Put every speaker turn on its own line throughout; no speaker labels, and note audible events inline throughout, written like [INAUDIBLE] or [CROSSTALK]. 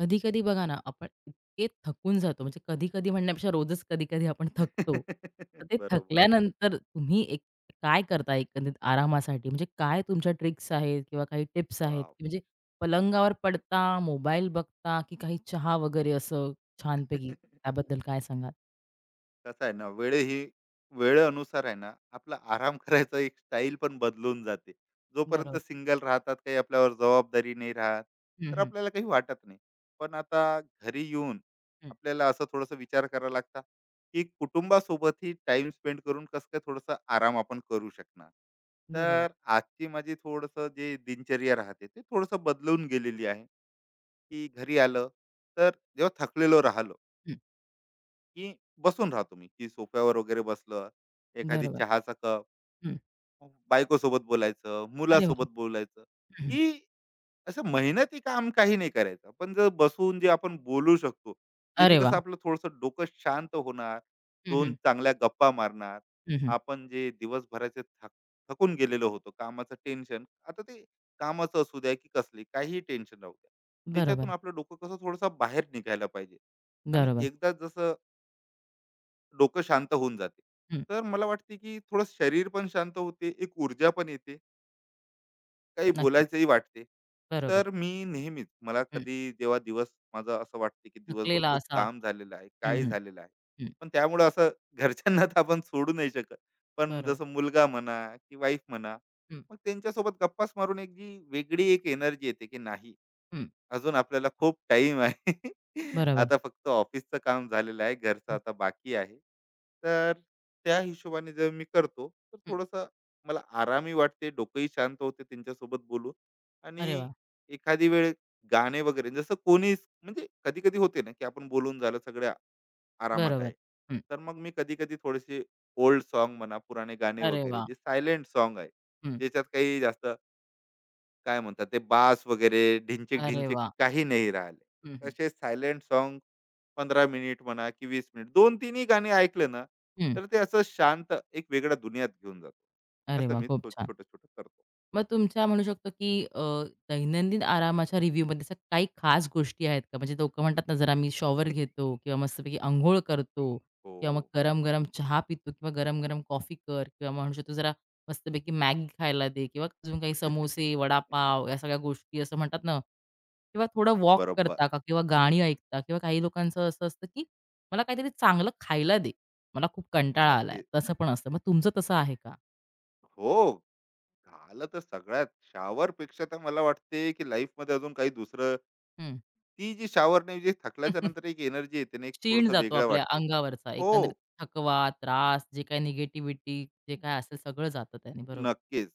कधी-कधी बघा ना, आपण इतके थकून जातो, म्हणजे कधी-कधी म्हणण्यापेक्षा रोजच कधी-कधी आपण थकतो. तर
[LAUGHS]
ते
बरोबर.
थकल्यानंतर तुम्ही एक काय करता एकंदरीत आरामासाठी? म्हणजे काय तुमच्या ट्रिक्स आहेत किंवा काही टिप्स आहेत,
वॉव!
की म्हणजे पलंगावर पडता, मोबाईल बघता, की काही चहा वगैरे असं छानपैकी?
[LAUGHS]
त्याबद्दल काय सांगाल?
कसं आहे ना, वेळ ही वेळेनुसार आहे ना, आपला आराम [LAUGHS] करायचा एक स्टाईल पण बदलून जाते. जोपर्यंत
बरोबर.
सिंगल राहतात, काही आपल्यावर जबाबदारी नाही राहत,
हं,
तर
हं,
आपल्याला काही वाटत नाही. पण आता घरी येऊन
हं.
आपल्याला असं थोडंसं विचार करावा लागता, की कुटुंबासोबतही टाईम स्पेंड करून कसं काय थोडंसं आराम आपण करू शकणार.
बरोबर.
तर आजची माझी थोडंसं जे दिनचर्या राहते, ते थोडंसं बदलून गेलेली आहे. की घरी आलं तर जेव्हा थकलेलो राहिलो
हं.
की बसून राहतो मी की सोफ्यावर वगैरे बसलं एखादी
बरोबर.
चहाचा कप
हं.
बायकोसोबत बोलायचं,
अरे वाह!
मुलासोबत बोलायचं,
हं,
की असं मेहनती काम काही नाही करायचं. पण जर बसून जे आपण बोलू शकतो, ज्याने
अरे
कसं
वाह!
आपलं थोडंसं डोकं शांत होणार,
हं,
2
हं.
चांगल्या गप्पा मारणार.
हं.
आपण जे दिवसभराचे थकून गेलेलो होतो, कामाचं टेन्शन, आता ते कामाचं असू द्या की कसली काहीही टेन्शन राहू द्या. त्याच्यातून
बरोबर,
आपलं डोकं कसं थोडंसं बाहेर निघायला पाहिजे आणि
बरोबर.
एकदा जसं डोकं शांत होऊन जाते,
हं.
तर मला वाटते की थोडं शरीर पण शांत होते, एक ऊर्जा पण येते. काही
नक्कीच.
बोलायचंही वाटते.
बरोबर.
तर मी नेहमीच मला
हं.
कधी जेव्हा दिवस माझा असं वाटते, की दिवसभर
थकलेला
खूप
असा
काम झालेलं आहे,
हं,
काय
हं,
झालेलं आहे.
हं.
पण त्यामुळं असं [LAUGHS] घरच्यांना तर आपण सोडू नाही शकत. पण
बरोबर.
जसं मुलगा म्हणा की वाईफ म्हणा,
हं,
मग त्यांच्यासोबत गप्पाच मारून एक जी वेगळी एक एनर्जी येते, की नाही
हं.
अजून आपल्याला खूप टाइम आहे. [LAUGHS]
बरोबर.
आता फक्त ऑफिसचं काम झालेलं आहे. घरचं
हं,
आता बाकी आहे. तर त्या हिशोबाने जर मी करतो, तर
हं.
थोडंसं मला आरामही वाटते, डोकंही शांत होते त्यांच्यासोबत बोलून
अरे
आणि
वाह!
एखादी वेळ गाणे वगैरे जसं कोणीच म्हणजे कधी-कधी होते ना, की आपण बोलून झालं सगळे आरामात
बरोबर.
आहे.
हं.
तर मग मी कधी-कधी थोडेसे ओल्ड सॉन्ग म्हणा, पुराणे गाणे
अरे
वगैरे
वाह!
जे सायलेंट सॉन्ग आहे,
हं.
ज्याच्यात काही जास्त काय म्हणतात ते बास वगैरे ढिंचिक
अरे
ढिंचिक
वाह!
काही नाही
हं,
राहिले
हं.
तसे सायलेंट सॉन्ग 15 मिनिट म्हणा की 20 मिनिट दोन तिन्ही गाणी ऐकले ना
हं.
तर ते असं शांत एक वेगळ्या दुनियात घेऊन जातो.
अरे
असं
वाह!
मी
खूप
छो-
छान.
छोटं छोटं करतो.
मग तुमच्या म्हणू शकतो, की दैनंदिन आरामाच्या रिव्ह्यूमध्ये असं काही खास गोष्टी आहेत का? म्हणजे लोकं म्हणतात ना, जरा मी शॉवर
[LAUGHS]
घेतो किंवा मस्तपैकी अंघोळ करतो
हो.
किंवा मग गरम-गरम चहा पितो किंवा गरम-गरम कॉफी कर किंवा म्हणू शकतो जरा मस्तपैकी मॅगी खायला दे किंवा अजून काही समोसे, वडापाव
[LAUGHS]
या सगळ्या गोष्टी असं म्हणतात ना किंवा थोडं वॉक
बरोबर.
करता का किंवा गाणी ऐकता किंवा काही लोकांचं असं असतं, की मला काहीतरी चांगलं खायला दे. मला खूप कंटाळा आलाय.
नक्की.
तसं पण असतं. मग तुमचं तसं आहे का?
हो. झालं तर सगळ्यात शावर पेक्षा तर मला वाटते की लाईफ मध्ये अजून काही दुसरं
हं.
ती जी शावर नाही जी थकल्याच्या नंतर एक एनर्जी येते ना एक
क्षीण
थोडस
जातो
वेगळं
आपल्या
वाटते.
अंगावरचा
हो.
एकंदरीत थकवा, त्रास, जे काही निगेटिव्हिटी जे काय असेल सगळं जातं त्याने. बरोबर.
नक्कीच.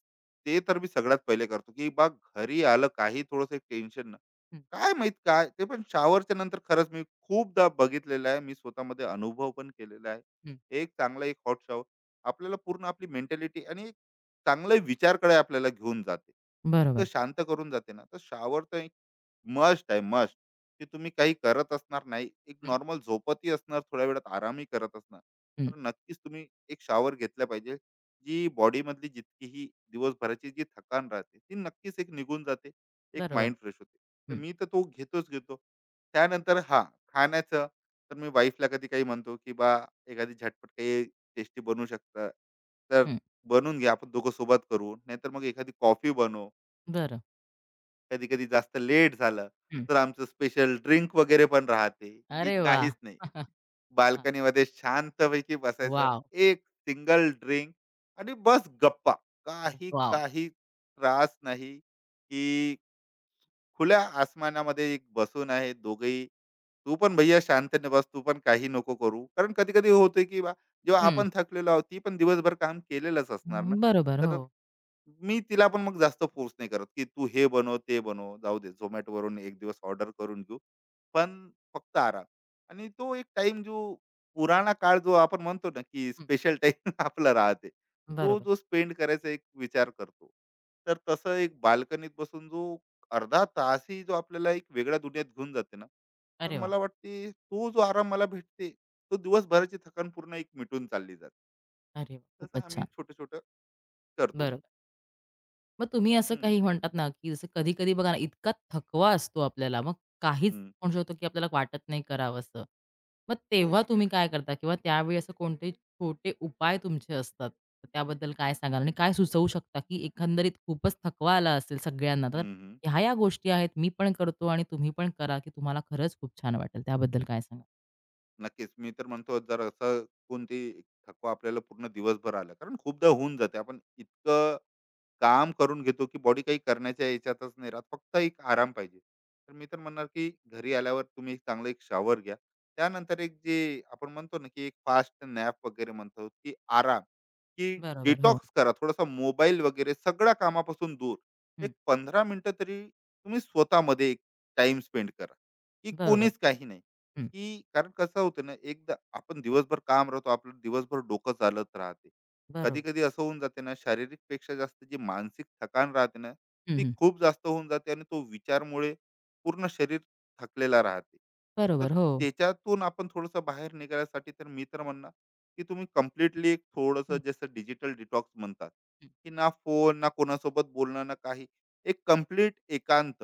ते तर मी सगळ्यात पहिले करतो, की बा घरी आलं काही थोडंसं एक टेन्शन ना,
हं,
काय माहीत काय? ते पण शॉवरच्या नंतर खरंच मी खूपदा बघितलेलं आहे. मी स्वतःमध्ये अनुभव पण केलेला आहे.
हं.
एक चांगला एक हॉट शॉवर आपल्याला पूर्ण आपली मेंटॅलिटी आणि एक चांगले विचारकडे आपल्याला घेऊन जाते. इतकं
बरोबर.
शांत करून जाते ना, तर शॉवर तर मस्ट आहे, मस्ट. की तुम्ही काही करत असणार नाही. एक
हं,
नॉर्मल झोपतही असणार, थोड्या वेळात आरामही करत असणार.
हं.
तर नक्कीच तुम्ही एक शावर घेतला पाहिजे. जी बॉडीमधली जितकीही दिवसभराची जी थकान राहते, ती नक्कीच एक निघून जाते. एक
बरोबर.
माइंड फ्रेश होते. तर
हं,
मी तर तो घेतोच घेतो. त्यानंतर हां, खाण्याचं तर मी वाईफला कधी काही म्हणतो, की "बा, एखादी झटपट काही टेस्टी बनवू शकता, तर
हं.
बनवून घ्या. आपण दोघं सोबत करू. नाहीतर मग एखादी कॉफी बनव."
बरं.
कधी-कधी जास्त लेट झालं,
हं.
तर आमचं स्पेशल ड्रिंक वगैरे पण राहते, की
अरे वाह!
काहीच नाही.
[LAUGHS] हां.
बाल्कनीमध्ये शांतपैकी बसायचं,
वॉव!
एक सिंगल ड्रिंक आणि बस गप्पा. काही,
वॉव! [LAUGHS]
काही त्रास नाही, की खुल्या आसमानामध्ये एक बसून आहे दोघंही. तू पण भैय्या शांतने बस, तू पण काही नको करू. कारण कधी-कधी होतं, की बा जेव्हा आपण थकलेलो आहोत, ती पण दिवसभर काम केलेलंच असणार ना.
बरोबर. हो.
तर मी तिला पण मग जास्त फोर्स नाही करत, की तू हे बनव, ते बनव. जाऊ दे, Zomatoवरून एक दिवस ऑर्डर करून घेऊ. पण फक्त आराम. आणि तो एक टाइम जो पुराणा काळ जो आपण म्हणतो ना, की
हं.
स्पेशल टाइम [LAUGHS] आपला राहते. तो
बरोबर.
जो स्पेंड करायचा एक विचार करतो. तर तसं एक बाल्कनीत बसून जो अर्धा तासही जो आपल्याला एक वेगळ्या दुनियेत घेऊन जाते ना, तर
अरे वाह!
मला वाटते तो जो आराम मला भेटते, तो दिवसभराची थकान पूर्ण एक मिटून चालली जाते.
अरे वाह!
तसं
खूपच
आम्ही
छान.
छोटं-छोटं करतो.
बरोबर. मग तुम्ही असं
हं,
काही म्हणतात ना, की जसं कधी-कधी बघा ना, इतका थकवा असतो आपल्याला, मग काहीच
हं.
म्हणू शकतो, की आपल्याला वाटत नाही करावंसं. मग
हो.
तेव्हा तुम्ही काय करता किंवा त्यावेळी असे कोणते छोटे उपाय तुमचे असतात? तर त्याबद्दल काय सांगाल? आणि काय सुचवू शकता, की एकंदरीत खूपच थकवा आला असेल सगळ्यांना, तर
हं, हं.
ह्या या गोष्टी आहेत, मी पण करतो आणि तुम्ही पण करा, की तुम्हाला खरंच खूप छान वाटेल. त्याबद्दल काय सांगाल?
नक्कीच. मी तर म्हणतो जर असं कोणती थकवा आपल्याला पूर्ण दिवसभर आला कारण खूपदा होऊन जाते. आपण इतकं काम करून घेतो की बॉडी काही करण्याच्या याच्यातच नाही राहत फक्त एक आराम पाहिजे तर मी तर म्हणणार की घरी आल्यावर तुम्ही एक चांगला एक शॉवर घ्या. त्यानंतर एक जे आपण म्हणतो ना की एक फास्ट नॅप वगैरे म्हणतो की आराम की
बरोबर, हो.
डिटॉक्स करा, थोडासा मोबाईल वगैरे सगळ्या कामापासून दूर
हं.
एक 15 मिनिटं तरी तुम्ही स्वतःमध्ये एक टाइम स्पेंड करा की
बरोबर.
कोणीच काही नाही.
हं.
की कारण कसं होतं ना एकदा आपण दिवसभर काम राहतो आपलं दिवसभर डोकं चालत राहते. कधी
बरोबर.
कधी असं होऊन जाते ना शारीरिक पेक्षा जास्त जी मानसिक थकान राहते ना
हं,
ती
हं.
खूप जास्त होऊन जाते आणि तो विचारमुळे पूर्ण शरीर थकलेला राहते. तर
बरोबर, हो.
त्याच्यातून आपण थोडंसं बाहेर निघायसाठी तर मी तर म्हणणार की तुम्ही कम्प्लिटली एक थोडंसं
हं,
जसं डिजिटल डिटॉक्स म्हणतात
हं,
की ना फोन ना कोणासोबत बोलणं ना काही एक कम्प्लीट एकांत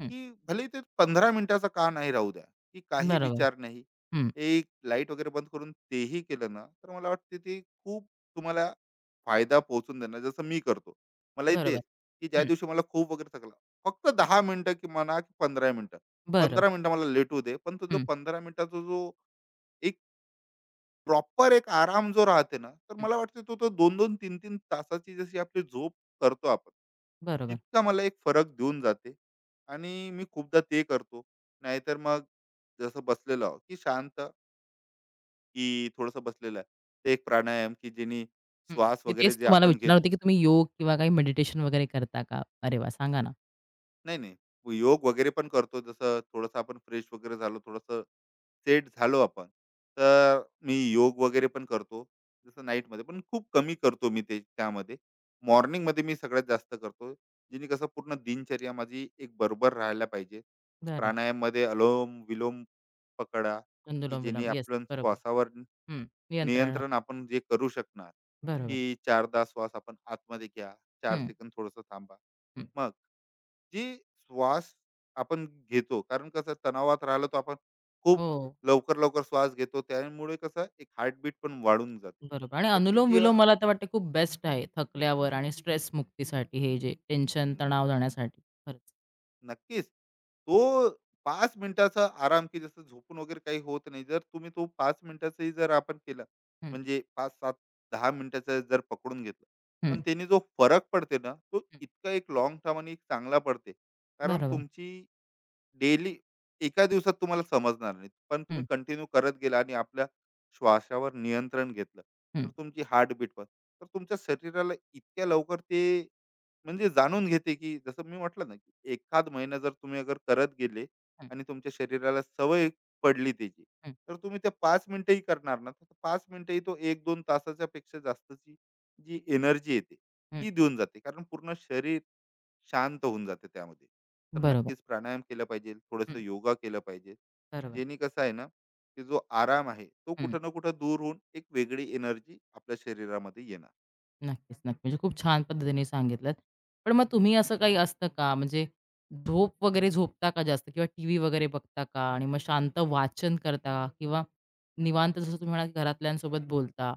हं.
भले ते 15 मिनिटाचं का नाही राहू द्या की काही
बरोबर.
विचार नाही,
हं.
एक लाईट वगैरे बंद करून तेही केलं ना तर मला वाटते ते खूप तुम्हाला फायदा पोहोचून देणं जसं मी करतो. मलाही तेच,
बरोबर.
की ज्या दिवशी मला खूप वगैरे थकला, फक्त 10 मिनिटं की म्हणा की 15 मिनिटं.
बरं.
15 मिनिटं मला लेटू दे, पण तो जो
हं,
15 मिनिटाचा जो एक प्रॉपर एक आराम जो राहते ना, तर
हं.
मला वाटते तो तो 2-2, 3-3 तासाची जशी आपली झोप करतो आपण,
बरोबर.
तितका मला एक फरक देऊन जाते आणि मी खूपदा ते करतो. नाहीतर मग जसं बसलेलो आहोत, की शांत की थोडंसं बसलेलं आहे. ते एक प्राणायाम की जेणे
हं.
श्वास
मी
वगैरे
तेच
जे
तुम्हाला
आपण
विचारणार
घेतो
होते, की तुम्ही योग किंवा काही मेडिटेशन वगैरे करता का? अरे वाह! सांगा ना.
नाही, नाही. योग वगैरे पण करतो. जसं थोडंसं आपण फ्रेश वगैरे झालो, थोडंसं सेट झालो आपण, तर मी योग वगैरे पण करतो. जसं नाईटमध्ये पण खूप कमी करतो मी ते त्यामध्ये. मॉर्निंगमध्ये मी सगळ्यात जास्त करतो. जेणे कसं पूर्ण दिनचर्या माझी एक बरोबर राहायला पाहिजे.
बरं.
प्राणायाममध्ये अलोम-विलोम पकडा, की जेणे
अनुलोम-विलोम. येस,
आपण
बरोबर.
श्वासावर
हं. नियंत्रण.
नियंत्रण आपण जे करू शकणार,
बरोबर.
की 4दा श्वास आपण आतमध्ये घ्या, 4
हं,
सेकंद थोडंसं थांबा.
हं.
मग जी श्वास आपण घेतो कारण कसं तणावात राहिलो तर आपण खूप
हो,
लवकर लवकर श्वास घेतो त्यामुळे कसं एक हार्टबीट पण वाढून जाते.
बरोबर आणि
तर ती जी अ,
अनुलोम-विलोम मला तर वाटते खूप बेस्ट आहे थकल्यावर आणि स्ट्रेस मुक्तीसाठी हे जे टेन्शन,
न-
तणाव जाण्यासाठी. खरंच.
नक्कीच तो 5 मिनिटाचा आराम की जसं झोपून वगैरे काही होत नाही जर तुम्ही तो 5 मिनिटाचाही जर आपण केला
हं,
म्हणजे 5 ते 10 मिनिटाचा जर पकडून घेतलं पण
हं,
त्याने जो फरक पडते ना तो
हं.
इतका एक लॉंग टर्म आणि एक चांगला पडते. कारण
बरोबर.
तुमची डेली एका दिवसात तुम्हाला समजणार नाही. पण
हं,
तुम्ही कंटिन्यू करत गेला आणि आपल्या श्वासावर नियंत्रण घेतलं, तर
हं,
तुमची हार्टबीट पण. तर तुमच्या शरीराला इतक्या लवकर ते म्हणजे जाणून घेते, की जसं मी म्हटलं ना, की 1 महिना जर तुम्ही अगर करत गेले
हं,
आणि तुमच्या शरीराला सवय पडली त्याची,
हं,
तर तुम्ही त्या 5 मिनिटंही करणार ना, तर 5 मिनिटंही तो 1-2 तासाच्या पेक्षा जास्तची जी एनर्जी येते,
हं.
ती देऊन जाते. कारण पूर्ण शरीर शांत होऊन जाते त्यामध्ये. तर
बरोबर.
नक्कीच प्राणायाम केला पाहिजे, थोडंसं
हं,
योगा केलं पाहिजे
बरोबर.
जेणे कसं आहे ना की जो आराम आहे तो
हं.
कुठं ना कुठं दूर होऊन एक वेगळी एनर्जी आपल्या शरीरामध्ये येणार.
नक्कीच, नक्की. म्हणजे खूप छान पद्धतीने सांगितलंत. पण मग तुम्ही असं काही असतं का म्हणजे झोप वगैरे झोपता का जास्त किंवा टीव्ही वगैरे बघता का? आणि मग शांत वाचन करता का, किंवा निवांत जसं तुम्ही म्हणालात घरातल्यांसोबत बोलता.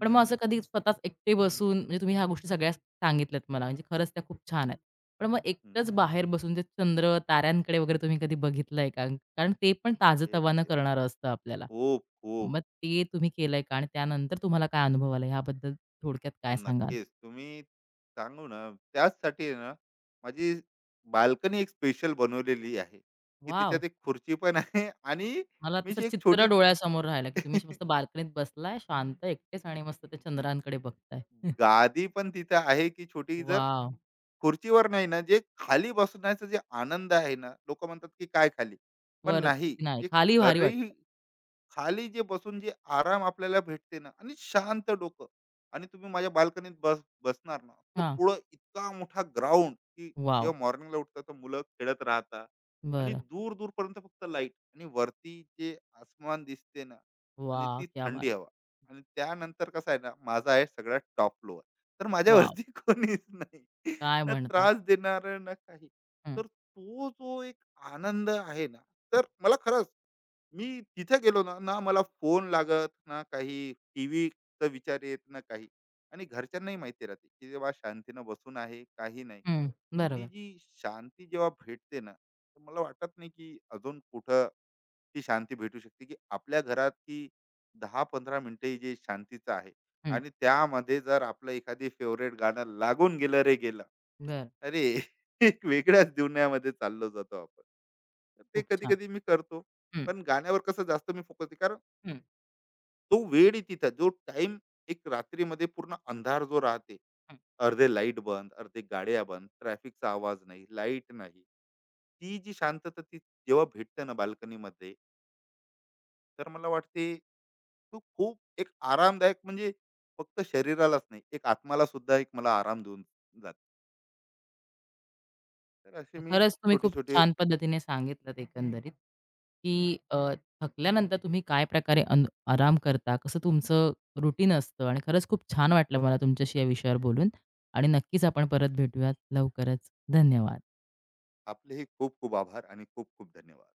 पण मग असं कधी स्वतःच एकटे बसून म्हणजे तुम्ही ह्या गोष्टी सगळ्या सांगितल्यात मला म्हणजे खरंच त्या खूप छान आहेत. पण मग
हम्म.
एकटंच बाहेर बसून ते चंद्र, ताऱ्यांकडे वगैरे तुम्ही कधी बघितलंय का? कारण ते पण
हे
ताजंतवानं
देवा.
करणारं असतं आपल्याला.
खूप खूप
मग ते तुम्ही केलंय का? आणि त्यानंतर तुम्हाला काय अनुभव आला याबद्दल? थोडक्यात काय सांगाल?
नक्कीच. तुम्ही सांगू ना त्याचसाठी आहे ना माझी बाल्कनी एक स्पेशल बनवलेली आहे की
वॉव!
त्याच्यात एक खुर्ची पण आहे आणि
मला
मी
तसं
जी एक
चित्र
छोटी
डोळ्यासमोर राहिलं, की तुम्ही अशी
[LAUGHS]
मस्त बाल्कनीत बसलाय, शांत एकटेच आणि मस्त त्या चंद्रांकडे बघताय. [LAUGHS]
गादी पण तिथं आहे की छोटी जर
वॉव!
खुर्चीवर नाही ना, जे खाली बसण्याचा जे आनंद आहे ना, लोकं म्हणतात की काय खाली? पण नाही,
वरती नाही,
जे
खाली भारी
खरी
वाटतं.
खाली जे बसून जे आराम आपल्याला भेटते ना आणि शांत डोकं आणि तुम्ही माझ्या बाल्कनीत बसणार ना तर
हां.
पुढं इतका मोठा ग्राउंड की
वॉव!
जेव्हा मॉर्निंगला उठतात तर मुलं खेळत राहतात आणि
बरं.
दूर दूरपर्यंत फक्त लाईट आणि वरती जे आसमान दिसते ना आणि
वाह!
ती
क्या बात!
थंडी हवा आणि त्यानंतर कसं आहे ना माझा आहे सगळ्यात टॉप फ्लोअर तर
वॉव!
माझ्यावरती [LAUGHS] कोणीच नाही,
काय
ना
म्हणता?
त्रास देणार ना काही.
हं,
तर तो जो एक आनंद आहे ना
हं,
तर मला खरंच मी तिथे गेलो ना, ना मला फोन लागत, ना काही टीव्हीचा विचार येत, ना काही. आणि घरच्यांनाही माहिती राहते, की जेव्हा शांतीनं बसून आहे, काही नाही.
हं.
पण ती
बरोबर.
जी शांती जेव्हा भेटते ना, तर मला वाटत नाही की अजून कुठं ती शांती भेटू शकते, की आपल्या घरात ही 10-15 मिनिटं ही जी शांतीचं आहे
हं,
आणि त्यामध्ये जर आपलं एखादी फेव्हरेट गाणं लागून गेलं रे गेलं,
बरं.
अरे [LAUGHS] एक वेगळ्याच दुनियामध्ये चाललो जातो आपण. तर ते
खूप छान.
कधी-कधी मी करतो.
हं,
पण गाण्यावर कसं जास्त मी फोकस कारण
हं,
तो वेळही तिथं जो टाईम एक रात्रीमध्ये पूर्ण अंधार जो राहते,
हं.
अर्धे लाईट बंद, अर्धे गाड्या बंद, ट्रॅफिकचा आवाज नाही, लाईट नाही. ती जी शांतता ती जेव्हा भेटते ना बाल्कनीमध्ये तर मला वाटते तो खूप एक आरामदायक म्हणजे फक्त शरीरालाच नाही एक आत्माला सुद्धा एक मला आराम देऊन जाते. तर असे
तर
मी
खरंच तुम्ही
छोटे
खूप
छोटे
छान पद्धतीने सांगितलत एकंदरीत,
हम्म,
की अ, थकल्यानंतर तुम्ही काय प्रकारे आराम करता, कसं तुमचं रुटीन असतं आणि खरंच खूप छान वाटलं मला तुमच्याशी या विषयावर बोलून आणि नक्कीच आपण परत भेटूयात लवकरच. धन्यवाद.
आपलेही खूप खूप आभार आणि खूप खूप धन्यवाद.